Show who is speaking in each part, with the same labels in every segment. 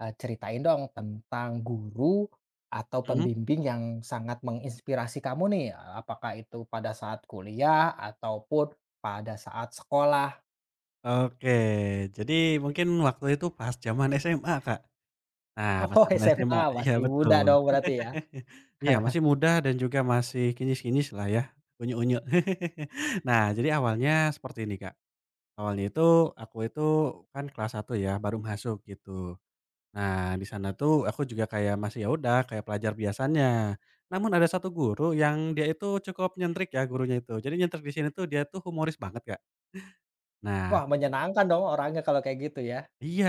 Speaker 1: Ceritain dong tentang guru atau
Speaker 2: Mhm,
Speaker 1: pembimbing yang sangat menginspirasi kamu nih, apakah itu pada saat kuliah ataupun pada saat sekolah?
Speaker 2: oke. Jadi mungkin waktu itu pas zaman SMA, Kak. Nah, pas
Speaker 1: Oh
Speaker 2: zaman SMA
Speaker 1: SMA,
Speaker 2: iya
Speaker 1: masih muda
Speaker 2: betul.
Speaker 1: dong berarti ya?
Speaker 2: Iya masih muda dan juga masih kinyis lah ya, unyu-unyu. Nah, jadi awalnya seperti ini, Kak. Awalnya itu aku itu kan kelas satu ya, baru masuk gitu. Nah, di sana tuh aku juga kayak masih ya udah kayak pelajar biasanya. Namun ada satu guru yang dia itu cukup nyentrik ya gurunya itu. Jadi nyentrik di sini tuh dia tuh humoris banget, Kak. Nah
Speaker 1: Wah menyenangkan dong orangnya kalau kayak gitu ya?
Speaker 2: iya,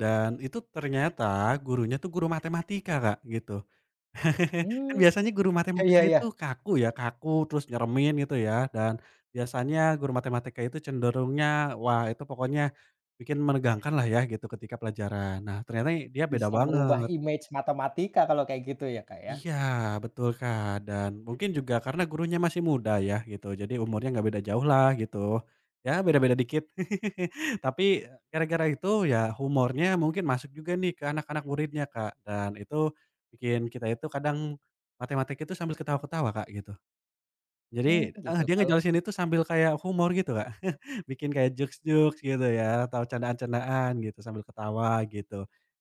Speaker 2: dan itu ternyata gurunya tuh guru matematika, Kak, gitu. Kan
Speaker 1: Hmm,
Speaker 2: biasanya guru
Speaker 1: iya
Speaker 2: matematika
Speaker 1: iya,
Speaker 2: itu kaku ya, kaku terus nyeremin gitu ya, dan biasanya guru matematika itu cenderungnya, wah itu pokoknya bikin menegangkan lah ya gitu ketika pelajaran. Nah ternyata dia beda
Speaker 1: bisa merubah
Speaker 2: banget.
Speaker 1: image matematika kalau kayak gitu ya, Kak, ya?
Speaker 2: Iya, betul, Kak, dan mungkin juga karena gurunya masih muda ya gitu, jadi umurnya nggak beda jauh lah gitu, ya beda-beda dikit. Tapi eh, gara-gara itu ya humornya mungkin masuk juga nih ke anak-anak muridnya, Kak, dan itu bikin kita itu kadang matematik itu sambil ketawa-ketawa, Kak, gitu.
Speaker 1: Mmm,
Speaker 2: Jadi, heeh,
Speaker 1: gitu
Speaker 2: dia
Speaker 1: kalau
Speaker 2: ngejelasin itu sambil kayak humor gitu, Kak, bikin kayak jokes-jokes gitu ya atau candaan-candaan gitu sambil ketawa gitu,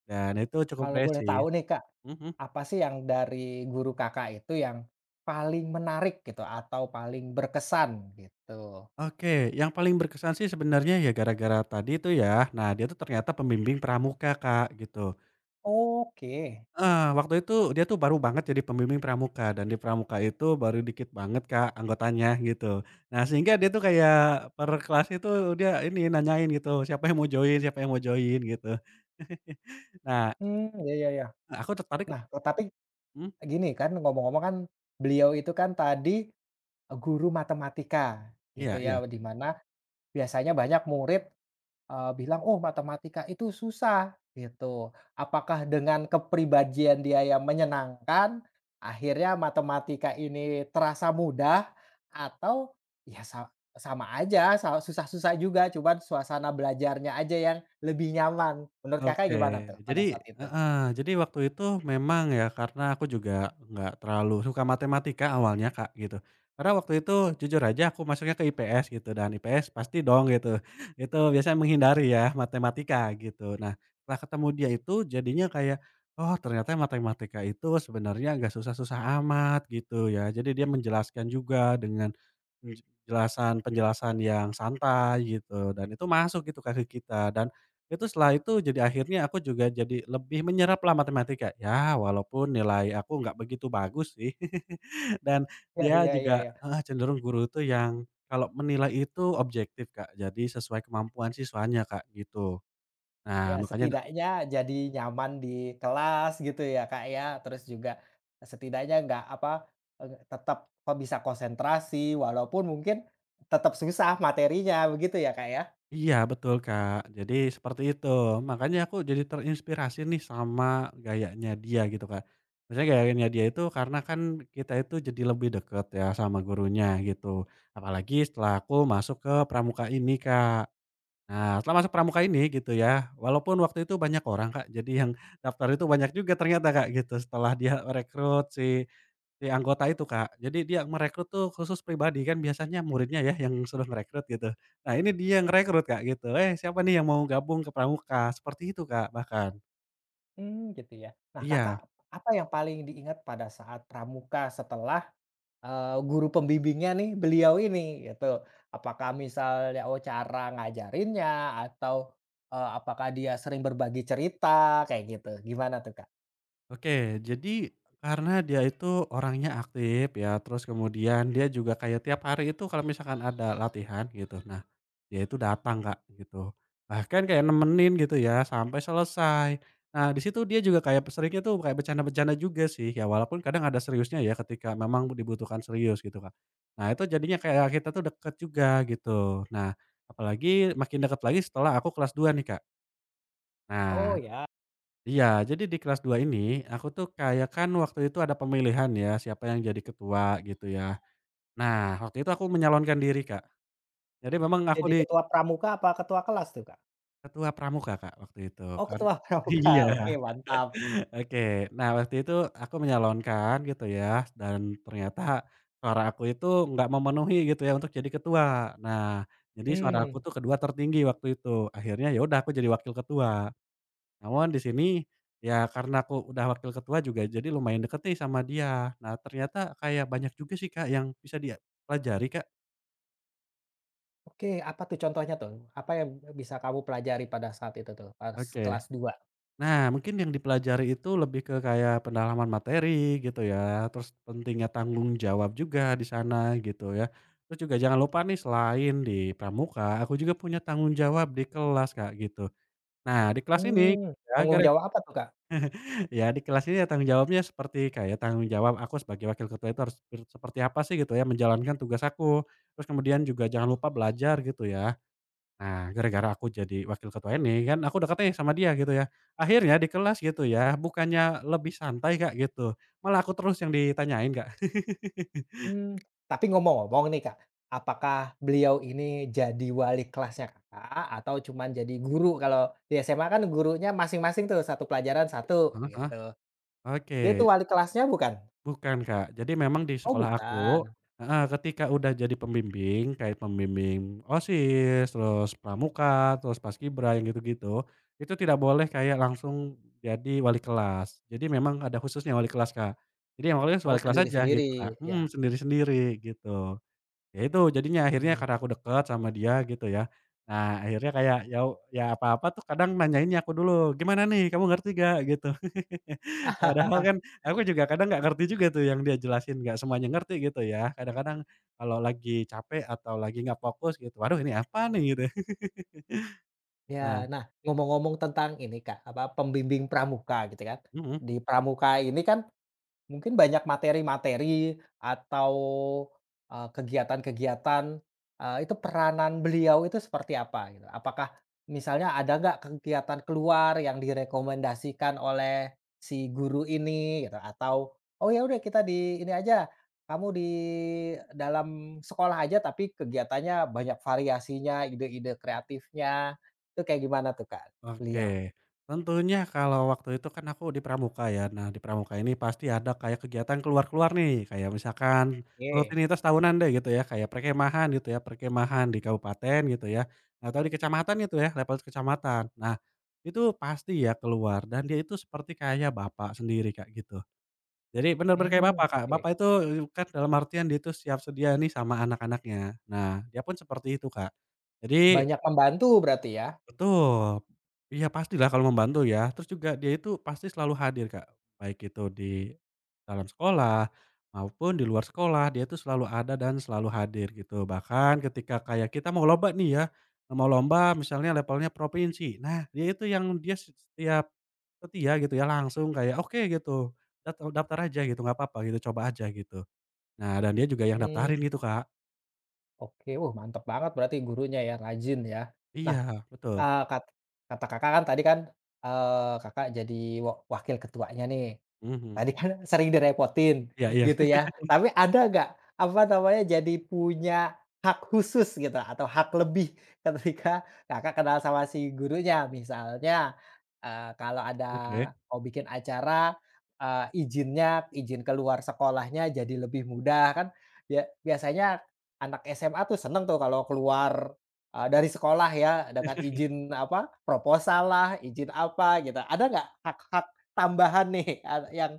Speaker 2: dan itu cukup
Speaker 1: kalau boleh
Speaker 2: relate.
Speaker 1: tahu nih Kak,
Speaker 2: Mhm.
Speaker 1: apa sih yang dari guru Kakak itu yang paling menarik gitu atau paling berkesan gitu?
Speaker 2: Oke, yang paling berkesan sih sebenarnya ya gara-gara tadi itu ya, nah dia tuh ternyata pembimbing pramuka, Kak, gitu.
Speaker 1: Oke,
Speaker 2: Heeh, waktu itu dia tuh baru banget jadi pembimbing pramuka dan di pramuka itu baru dikit banget, Kak, anggotanya gitu. Nah sehingga dia tuh kayak per kelas itu dia ini nanyain gitu, "Siapa yang mau join siapa yang mau join?" Gitu. Nah,
Speaker 1: mmm, ya ya ya.
Speaker 2: aku tertarik.
Speaker 1: Nah, tapi
Speaker 2: Mhm,
Speaker 1: gini kan ngomong-ngomong kan beliau itu kan tadi, guru matematika gitu
Speaker 2: iya iya.
Speaker 1: ya, di mana biasanya banyak murid bilang, "Oh, matematika itu susah," gitu. Apakah dengan kepribadian dia yang menyenangkan, akhirnya matematika ini terasa mudah atau ya sa sama aja, sa susah-susah juga, cuman suasana belajarnya aja yang lebih nyaman. Menurut Kakak
Speaker 2: Oke,
Speaker 1: gimana tuh pada
Speaker 2: jadi
Speaker 1: saat itu?
Speaker 2: heeh, jadi waktu itu memang ya karena aku juga nggak terlalu suka matematika awalnya, Kak, gitu. Karena waktu itu jujur aja aku masuknya ke IPS gitu dan IPS pasti dong gitu, itu biasanya menghindari ya matematika gitu. Nah, setelah ketemu dia itu jadinya kayak, oh ternyata matematika itu sebenarnya nggak susah-susah amat gitu ya. Jadi dia menjelaskan juga dengan penjelasan-penjelasan yang santai gitu dan itu masuk gitu Kak, ke kita dan itu setelah itu jadi akhirnya aku juga jadi lebih menyerap lah matematika, ya walaupun nilai aku nggak begitu bagus sih. Dan
Speaker 1: Iya
Speaker 2: dia
Speaker 1: iya iya
Speaker 2: juga
Speaker 1: iya.
Speaker 2: heeh, cenderung guru itu yang kalau menilai itu objektif Kak, jadi sesuai kemampuan siswanya Kak, gitu.
Speaker 1: Ya
Speaker 2: Nah makanya
Speaker 1: setidaknya jadi nyaman di kelas gitu ya Kak ya, terus juga setidaknya nggak apa, tetap kok bisa konsentrasi walaupun mungkin tetap susah materinya begitu ya Kak ya?
Speaker 2: iya betul, Kak. Jadi seperti itu. Makanya aku jadi terinspirasi nih sama gayanya dia gitu, Kak. Maksudnya gayanya dia itu karena kan kita itu jadi lebih deket ya sama gurunya gitu. Apalagi setelah aku masuk ke pramuka ini, Kak. Nah, setelah masuk pramuka ini gitu ya, walaupun waktu itu banyak orang, Kak. Jadi yang daftar itu banyak juga ternyata, Kak, gitu setelah dia rekrut si Si anggota itu, Kak. Jadi dia merekrut tuh khusus pribadi, kan biasanya muridnya ya yang sudah merekrut gitu. Nah ini dia yang ngerekrut, Kak, gitu, "Eh siapa nih yang mau gabung ke pramuka?" Seperti itu, Kak, bahkan.
Speaker 1: Mmm, gitu ya. Nah Kakak,
Speaker 2: Iya.
Speaker 1: apa yang paling diingat pada saat pramuka setelah, guru pembimbingnya nih beliau ini gitu? Apakah misalnya, oh cara ngajarinnya atau, apakah dia sering berbagi cerita kayak gitu, gimana tuh Kak?
Speaker 2: Oke, jadi karena dia itu orangnya aktif ya, terus kemudian dia juga kayak tiap hari itu kalau misalkan ada latihan gitu, nah dia itu datang Kak, gitu. Bahkan kayak nemenin gitu ya sampai selesai. Nah di situ dia juga kayak seringnya tuh kayak bercanda-bercanda juga sih ya walaupun kadang ada seriusnya ya ketika memang dibutuhkan serius gitu Kak. Nah itu jadinya kayak kita tuh deket juga gitu. Nah apalagi makin deket lagi setelah aku kelas 2 nih Kak. Nah
Speaker 1: Oh ya.
Speaker 2: iya, jadi di kelas 2 ini, aku tuh kayak kan waktu itu ada pemilihan ya, siapa yang jadi ketua gitu ya. Nah, waktu itu aku menyalonkan diri, Kak. Jadi memang aku
Speaker 1: Jadi
Speaker 2: di
Speaker 1: ketua pramuka apa ketua kelas tuh, Kak?
Speaker 2: ketua pramuka, Kak, waktu itu
Speaker 1: Oh,
Speaker 2: kan.
Speaker 1: ketua pramuka,
Speaker 2: Iya,
Speaker 1: oke mantap.
Speaker 2: oke. Nah, waktu itu aku menyalonkan gitu ya, dan ternyata suara aku itu nggak memenuhi gitu ya untuk jadi ketua. Nah, jadi suara aku
Speaker 1: Mmm,
Speaker 2: tuh kedua tertinggi waktu itu. Akhirnya ya udah aku jadi wakil ketua. Namun di sini, ya karena aku udah wakil ketua juga jadi lumayan deket nih sama dia. Nah ternyata kayak banyak juga sih Kak yang bisa dia pelajari Kak.
Speaker 1: oke, apa tuh contohnya tuh? Apa yang bisa kamu pelajari pada saat itu tuh, pas
Speaker 2: Oke.
Speaker 1: kelas dua?
Speaker 2: Nah mungkin yang dipelajari itu lebih ke kayak pendalaman materi gitu ya, terus pentingnya tanggung jawab juga di sana gitu ya. Terus juga jangan lupa nih selain di pramuka, aku juga punya tanggung jawab di kelas Kak gitu. Nah di kelas ini
Speaker 1: Mmm,
Speaker 2: ya.
Speaker 1: tanggung jawab apa tuh, Kak?
Speaker 2: Ya di kelas ini ya tanggung jawabnya seperti kayak tanggung jawab aku sebagai wakil ketua itu harus seperti apa sih gitu ya menjalankan tugas aku. Terus kemudian juga jangan lupa belajar gitu ya. Nah gara-gara aku jadi wakil ketua ini kan aku udah nih sama dia gitu ya. Akhirnya di kelas gitu ya bukannya lebih santai Kak gitu, malah aku terus yang ditanyain Kak.
Speaker 1: Mmm, tapi ngomong-ngomong nih, Kak, apakah beliau ini jadi wali kelasnya Kakak atau cuman jadi guru? Kalau di SMA kan gurunya masing-masing tuh, satu pelajaran satu,
Speaker 2: Heeh heeh,
Speaker 1: gitu. Dia tuh
Speaker 2: oke.
Speaker 1: wali kelasnya bukan?
Speaker 2: Bukan, Kak. Jadi memang di
Speaker 1: Oh
Speaker 2: sekolah
Speaker 1: bukan,
Speaker 2: aku heeh, ketika udah jadi pembimbing, kayak pembimbing OSIS, terus pramuka, terus paskibra, yang gitu-gitu, itu tidak boleh kayak langsung jadi wali kelas. Jadi memang ada khususnya wali kelas, Kak. Jadi yang
Speaker 1: oh
Speaker 2: wali kelas aja
Speaker 1: sendiri-sendiri,
Speaker 2: gitu, Kak
Speaker 1: ya.
Speaker 2: mhm, sendiri-sendiri gitu. Ya itu, jadinya
Speaker 1: Iya
Speaker 2: akhirnya
Speaker 1: iya.
Speaker 2: karena aku deket sama dia gitu ya. Nah, akhirnya kayak ya ya apa-apa tuh kadang nanyainnya aku dulu, "Gimana nih, kamu ngerti gak?" Gitu. Padahal kan aku juga kadang nggak ngerti juga tuh yang dia jelasin, nggak semuanya ngerti gitu ya. Kadang-kadang kalau lagi capek atau lagi nggak fokus gitu, "Waduh ini apa nih?" Gitu.
Speaker 1: Ya.
Speaker 2: Nah
Speaker 1: Nah, ngomong-ngomong tentang ini Kak, apa, pembimbing pramuka gitu kan.
Speaker 2: mhm.
Speaker 1: Di pramuka ini kan mungkin banyak materi-materi atau, kegiatan-kegiatan, itu peranan beliau itu seperti apa gitu? Apakah misalnya ada nggak kegiatan keluar yang direkomendasikan oleh si guru ini gitu? Atau, "Oh ya udah kita di ini aja, kamu di dalam sekolah aja tapi kegiatannya banyak variasinya, ide-ide kreatifnya." Itu kayak gimana tuh, Kak, beliau?
Speaker 2: Oke, tentunya kalau waktu itu kan aku di Pramuka ya. Nah, di Pramuka ini pasti ada kayak kegiatan keluar-keluar nih, kayak misalkan
Speaker 1: Oke,
Speaker 2: rutinitas tahunan deh gitu ya, kayak perkemahan gitu ya, perkemahan di kabupaten gitu ya, atau di kecamatan gitu ya, level kecamatan. Nah, itu pasti ya keluar dan dia itu seperti kayak bapak sendiri Kak, gitu. Jadi bener kayak
Speaker 1: mmm,
Speaker 2: bapak Kak,
Speaker 1: oke.
Speaker 2: bapak itu kan dalam artian dia itu siap sedia nih sama anak-anaknya. Nah, dia pun seperti itu Kak. Jadi
Speaker 1: Banyak membantu berarti ya?
Speaker 2: betul. Iya pastilah kalau membantu ya, terus juga dia itu pasti selalu hadir Kak, baik itu di dalam sekolah, maupun di luar sekolah, dia itu selalu ada dan selalu hadir gitu. Bahkan ketika kayak kita mau lomba nih ya, mau lomba misalnya levelnya provinsi, nah dia itu yang dia setiap setia gitu ya langsung kayak, "Oke," gitu, daftar aja," gitu, "nggak apa-apa," gitu, "coba aja," gitu. Nah dan dia juga yang daftarin
Speaker 1: Mmm.
Speaker 2: gitu Kak.
Speaker 1: Oke, wah mantep banget berarti gurunya ya, rajin ya. Nah,
Speaker 2: Iya betul,
Speaker 1: eee, kat kata Kakak kan tadi kan, Kakak jadi wa wakil ketuanya nih.
Speaker 2: mhm,
Speaker 1: Tadi kan sering direpotin
Speaker 2: iya iya,
Speaker 1: gitu ya, tapi ada nggak, apa namanya, jadi punya hak khusus gitu atau hak lebih ketika Kakak kenal sama si gurunya? Misalnya, kalau ada
Speaker 2: oke.
Speaker 1: mau bikin acara, izinnya izin keluar sekolahnya jadi lebih mudah kan bia biasanya anak SMA tuh seneng tuh kalau keluar, dari sekolah ya dengan izin apa, proposal lah, izin apa gitu. Ada nggak hak-hak tambahan nih, eee, yang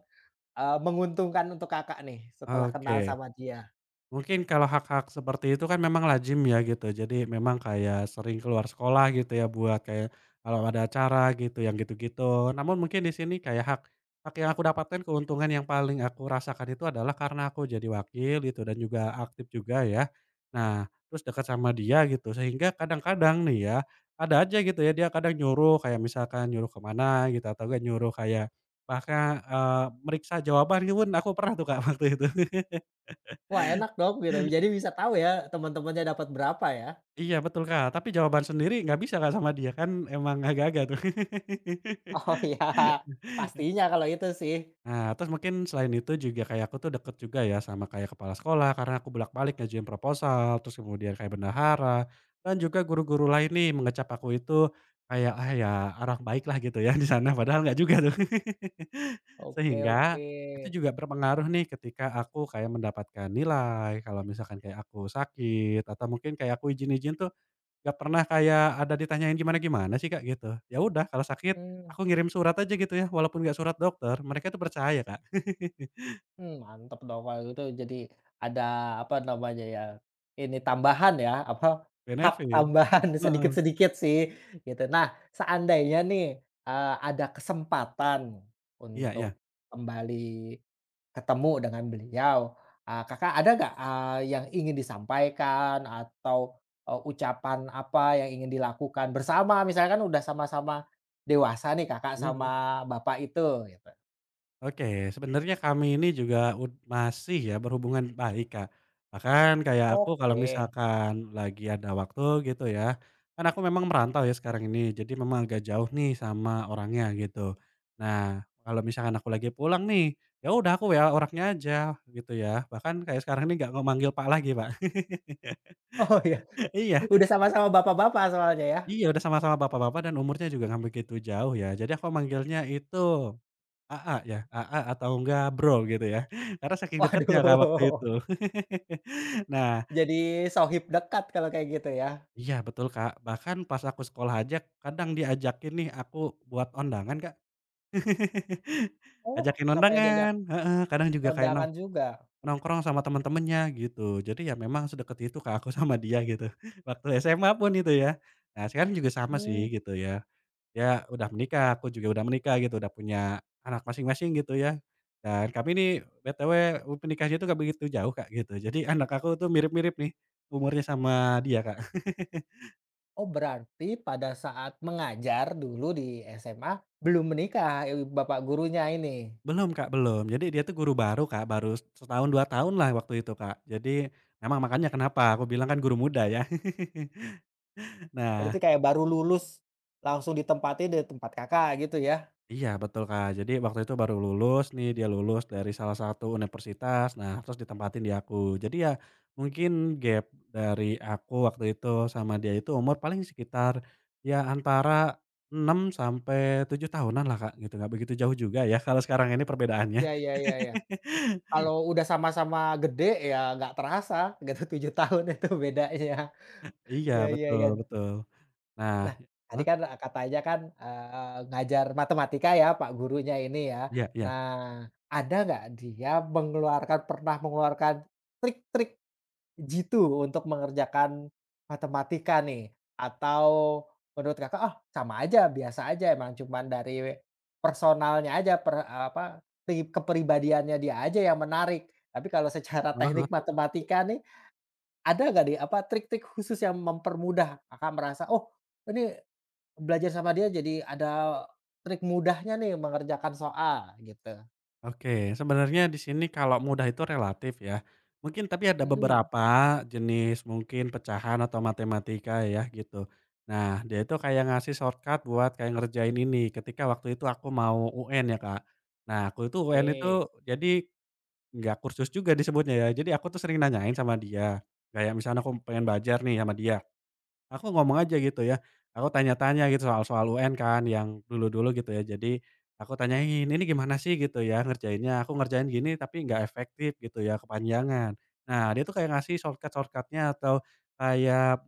Speaker 1: Eee, menguntungkan untuk Kakak nih setelah kenal
Speaker 2: Oke.
Speaker 1: sama dia?
Speaker 2: Mungkin kalau hak-hak seperti itu kan memang lazim ya gitu, jadi memang kayak sering keluar sekolah gitu ya buat kayak kalau ada acara gitu, yang gitu-gitu. Namun mungkin di sini kayak hak hak yang aku dapatkan, keuntungan yang paling aku rasakan itu adalah karena aku jadi wakil gitu dan juga aktif juga ya. Nah, terus dekat sama dia gitu, sehingga kadang-kadang nih ya, ada aja gitu ya, dia kadang nyuruh kayak misalkan nyuruh kemana gitu atau gak nyuruh kayak bahkan, meriksa jawaban gitu pun aku pernah tuh Kak waktu itu.
Speaker 1: Wah enak dong gitu, jadi bisa tahu ya teman-temannya dapat berapa ya?
Speaker 2: Iya betul, Kak, tapi jawaban sendiri nggak bisa, Kak, sama dia, kan emang agak-agak tuh.
Speaker 1: Oh ya, pastinya kalau itu sih.
Speaker 2: Nah, terus mungkin selain itu juga kayak aku tuh deket juga ya sama kayak kepala sekolah karena aku bolak-balik ngajuin proposal, terus kemudian kayak bendahara, dan juga guru-guru lain nih mengecap aku itu kayak, ah, ya orang baik lah gitu ya di sana, padahal nggak juga tuh.
Speaker 1: Oke
Speaker 2: Sehingga
Speaker 1: oke.
Speaker 2: itu juga berpengaruh nih ketika aku kayak mendapatkan nilai, kalau misalkan kayak aku sakit atau mungkin kayak aku izin-izin tuh nggak pernah kayak ada ditanyain gimana-gimana sih, Kak, gitu. Ya udah kalau sakit
Speaker 1: Mmm.
Speaker 2: aku ngirim surat aja gitu ya, walaupun nggak surat dokter, mereka itu percaya, Kak.
Speaker 1: Mmm, mantap dong kalau gitu jadi ada apa namanya ya, ini tambahan ya, apa, hak
Speaker 2: Benefit.
Speaker 1: tambahan
Speaker 2: Heeh.
Speaker 1: sedikit-sedikit sih gitu. Nah seandainya nih, ada kesempatan
Speaker 2: Iya
Speaker 1: untuk
Speaker 2: iya.
Speaker 1: kembali ketemu dengan beliau, Kakak ada nggak, yang ingin disampaikan atau, ucapan apa yang ingin dilakukan bersama? Misalkan kan udah sama-sama dewasa nih Kakak
Speaker 2: Mhm.
Speaker 1: sama bapak itu gitu.
Speaker 2: Oke, sebenarnya kami ini juga masih ya berhubungan baik, Kak. Bahkan kayak aku kalau
Speaker 1: Oke.
Speaker 2: misalkan lagi ada waktu gitu ya, kan aku memang merantau ya sekarang ini, jadi memang agak jauh nih sama orangnya gitu. Nah, kalau misalkan aku lagi pulang nih, ya udah aku WA orangnya aja gitu ya. Bahkan kayak sekarang ini nggak manggil Pak lagi, Pak.
Speaker 1: Oh ya.
Speaker 2: Iya,
Speaker 1: Udah sama-sama bapak-bapak soalnya ya.
Speaker 2: iya udah sama-sama bapak-bapak dan umurnya juga nggak begitu jauh ya. Jadi aku manggilnya itu AA ya? AA atau enggak Bro gitu ya? Karena saking deketnya Kak waktu
Speaker 1: Waduh,
Speaker 2: itu. Nah
Speaker 1: jadi shohib dekat kalau kayak gitu ya.
Speaker 2: iya betul Kak, bahkan pas aku sekolah aja kadang diajakin nih aku buat ondangan Kak.
Speaker 1: Oh,
Speaker 2: Ajakin
Speaker 1: sampai diajak
Speaker 2: ondangan, heeh, kadang juga kayak
Speaker 1: kondangan juga?
Speaker 2: nongkrong sama teman-temannya gitu. Jadi ya memang sedekat itu Kak aku sama dia gitu, waktu SMA pun itu ya. Nah sekarang juga sama
Speaker 1: Mmm,
Speaker 2: sih gitu ya. Dia udah menikah, aku juga udah menikah gitu, udah punya anak masing-masing gitu ya. Dan kami ini BTW menikahnya itu nggak begitu jauh Kak, gitu. Jadi anak aku tuh mirip-mirip nih umurnya sama dia Kak.
Speaker 1: oh berarti pada saat mengajar dulu di SMA, belum menikah, bapak gurunya ini?
Speaker 2: Belum Kak, belum. Jadi dia tuh guru baru Kak, baru setahun 2 tahun lah waktu itu Kak. Jadi memang makanya kenapa aku bilang kan guru muda ya. Nah
Speaker 1: Berarti kayak baru lulus, langsung ditempati di tempat Kakak gitu ya?
Speaker 2: iya betul, Kak. Jadi waktu itu baru lulus nih, dia lulus dari salah satu universitas, nah terus ditempatin di aku. Jadi ya mungkin gap dari aku waktu itu sama dia itu umur paling sekitar ya antara 6 sampai 7 tahunan lah, Kak, gitu, nggak begitu jauh juga ya kalau sekarang ini perbedaannya.
Speaker 1: Iya iya iya iya. Kalau udah sama-sama gede ya nggak terasa gitu 7 tahun itu bedanya.
Speaker 2: Iya
Speaker 1: Iya iya
Speaker 2: betul
Speaker 1: iya.
Speaker 2: betul. Nah
Speaker 1: Nah, tadi
Speaker 2: heeh,
Speaker 1: kan, katanya kan, ngajar matematika ya pak gurunya ini ya.
Speaker 2: iya iya.
Speaker 1: Nah, ada nggak dia mengeluarkan pernah mengeluarkan trik-trik jitu untuk mengerjakan matematika nih? Atau menurut Kakak, oh sama aja, biasa aja, emang cuman dari personalnya aja, per apa, pri kepribadiannya dia aja yang menarik." Tapi kalau secara
Speaker 2: Heeh.
Speaker 1: teknik matematika nih, ada nggak nih, apa, trik-trik khusus yang mempermudah Kakak merasa, "Oh, ini belajar sama dia jadi ada trik mudahnya nih mengerjakan soal gitu.
Speaker 2: Oke, sebenarnya di sini kalau mudah itu relatif ya. Mungkin tapi ada
Speaker 1: Mhm,
Speaker 2: beberapa jenis mungkin pecahan atau matematika ya gitu. Nah, dia itu kayak ngasih shortcut buat kayak ngerjain ini ketika waktu itu aku mau UN ya, Kak. Nah, aku itu UN itu
Speaker 1: oke.
Speaker 2: jadi nggak kursus juga disebutnya ya. Jadi aku tuh sering nanyain sama dia, kayak misalnya aku pengen belajar nih sama dia. Aku ngomong aja gitu ya, aku tanya-tanya gitu soal-soal UN kan yang dulu-dulu gitu ya. Jadi aku tanyain, "Ini gimana sih?" gitu ya ngerjainnya, "Aku ngerjain gini tapi nggak efektif," gitu ya, "kepanjangan." Nah dia tuh kayak ngasih shortcutnya atau kayak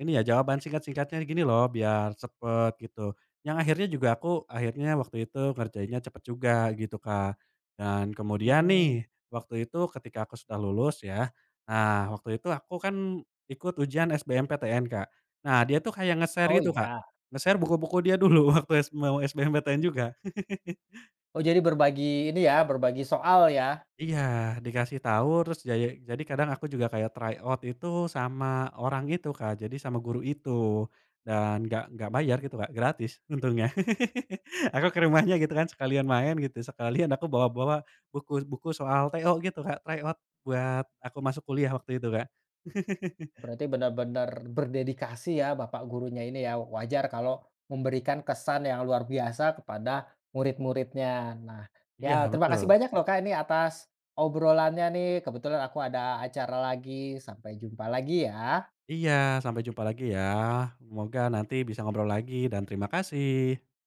Speaker 2: ini ya jawaban singkat-singkatnya gini loh biar cepet gitu. Yang akhirnya juga aku akhirnya waktu itu ngerjainnya cepet juga gitu, Kak. Dan kemudian
Speaker 1: Mmm,
Speaker 2: nih, waktu itu ketika aku sudah lulus ya, nah waktu itu aku kan ikut ujian SBMPTN, Kak. Nah dia tuh kayak nge-share
Speaker 1: oh
Speaker 2: gitu, Kak,
Speaker 1: iya?
Speaker 2: nge-share buku-buku dia dulu waktu mau SBMPTN juga.
Speaker 1: Oh jadi berbagi ini ya, berbagi soal ya?
Speaker 2: Iya, dikasih tahu terus jadi kadang aku juga kayak try out itu sama orang itu, Kak, jadi sama guru itu dan nggak bayar gitu, Kak, gratis untungnya. Aku ke rumahnya gitu kan sekalian main gitu, sekalian aku bawa-bawa buku buku soal TO gitu, Kak, try out buat aku masuk kuliah waktu itu, Kak.
Speaker 1: Berarti benar-benar berdedikasi ya bapak gurunya ini ya, wajar kalau memberikan kesan yang luar biasa kepada murid-muridnya. Nah,
Speaker 2: Iya
Speaker 1: ya terima kasih
Speaker 2: betul.
Speaker 1: banyak loh Kak ini atas obrolannya nih, kebetulan aku ada acara lagi, sampai jumpa lagi ya.
Speaker 2: Iya, sampai jumpa lagi ya, semoga nanti bisa ngobrol lagi dan terima kasih.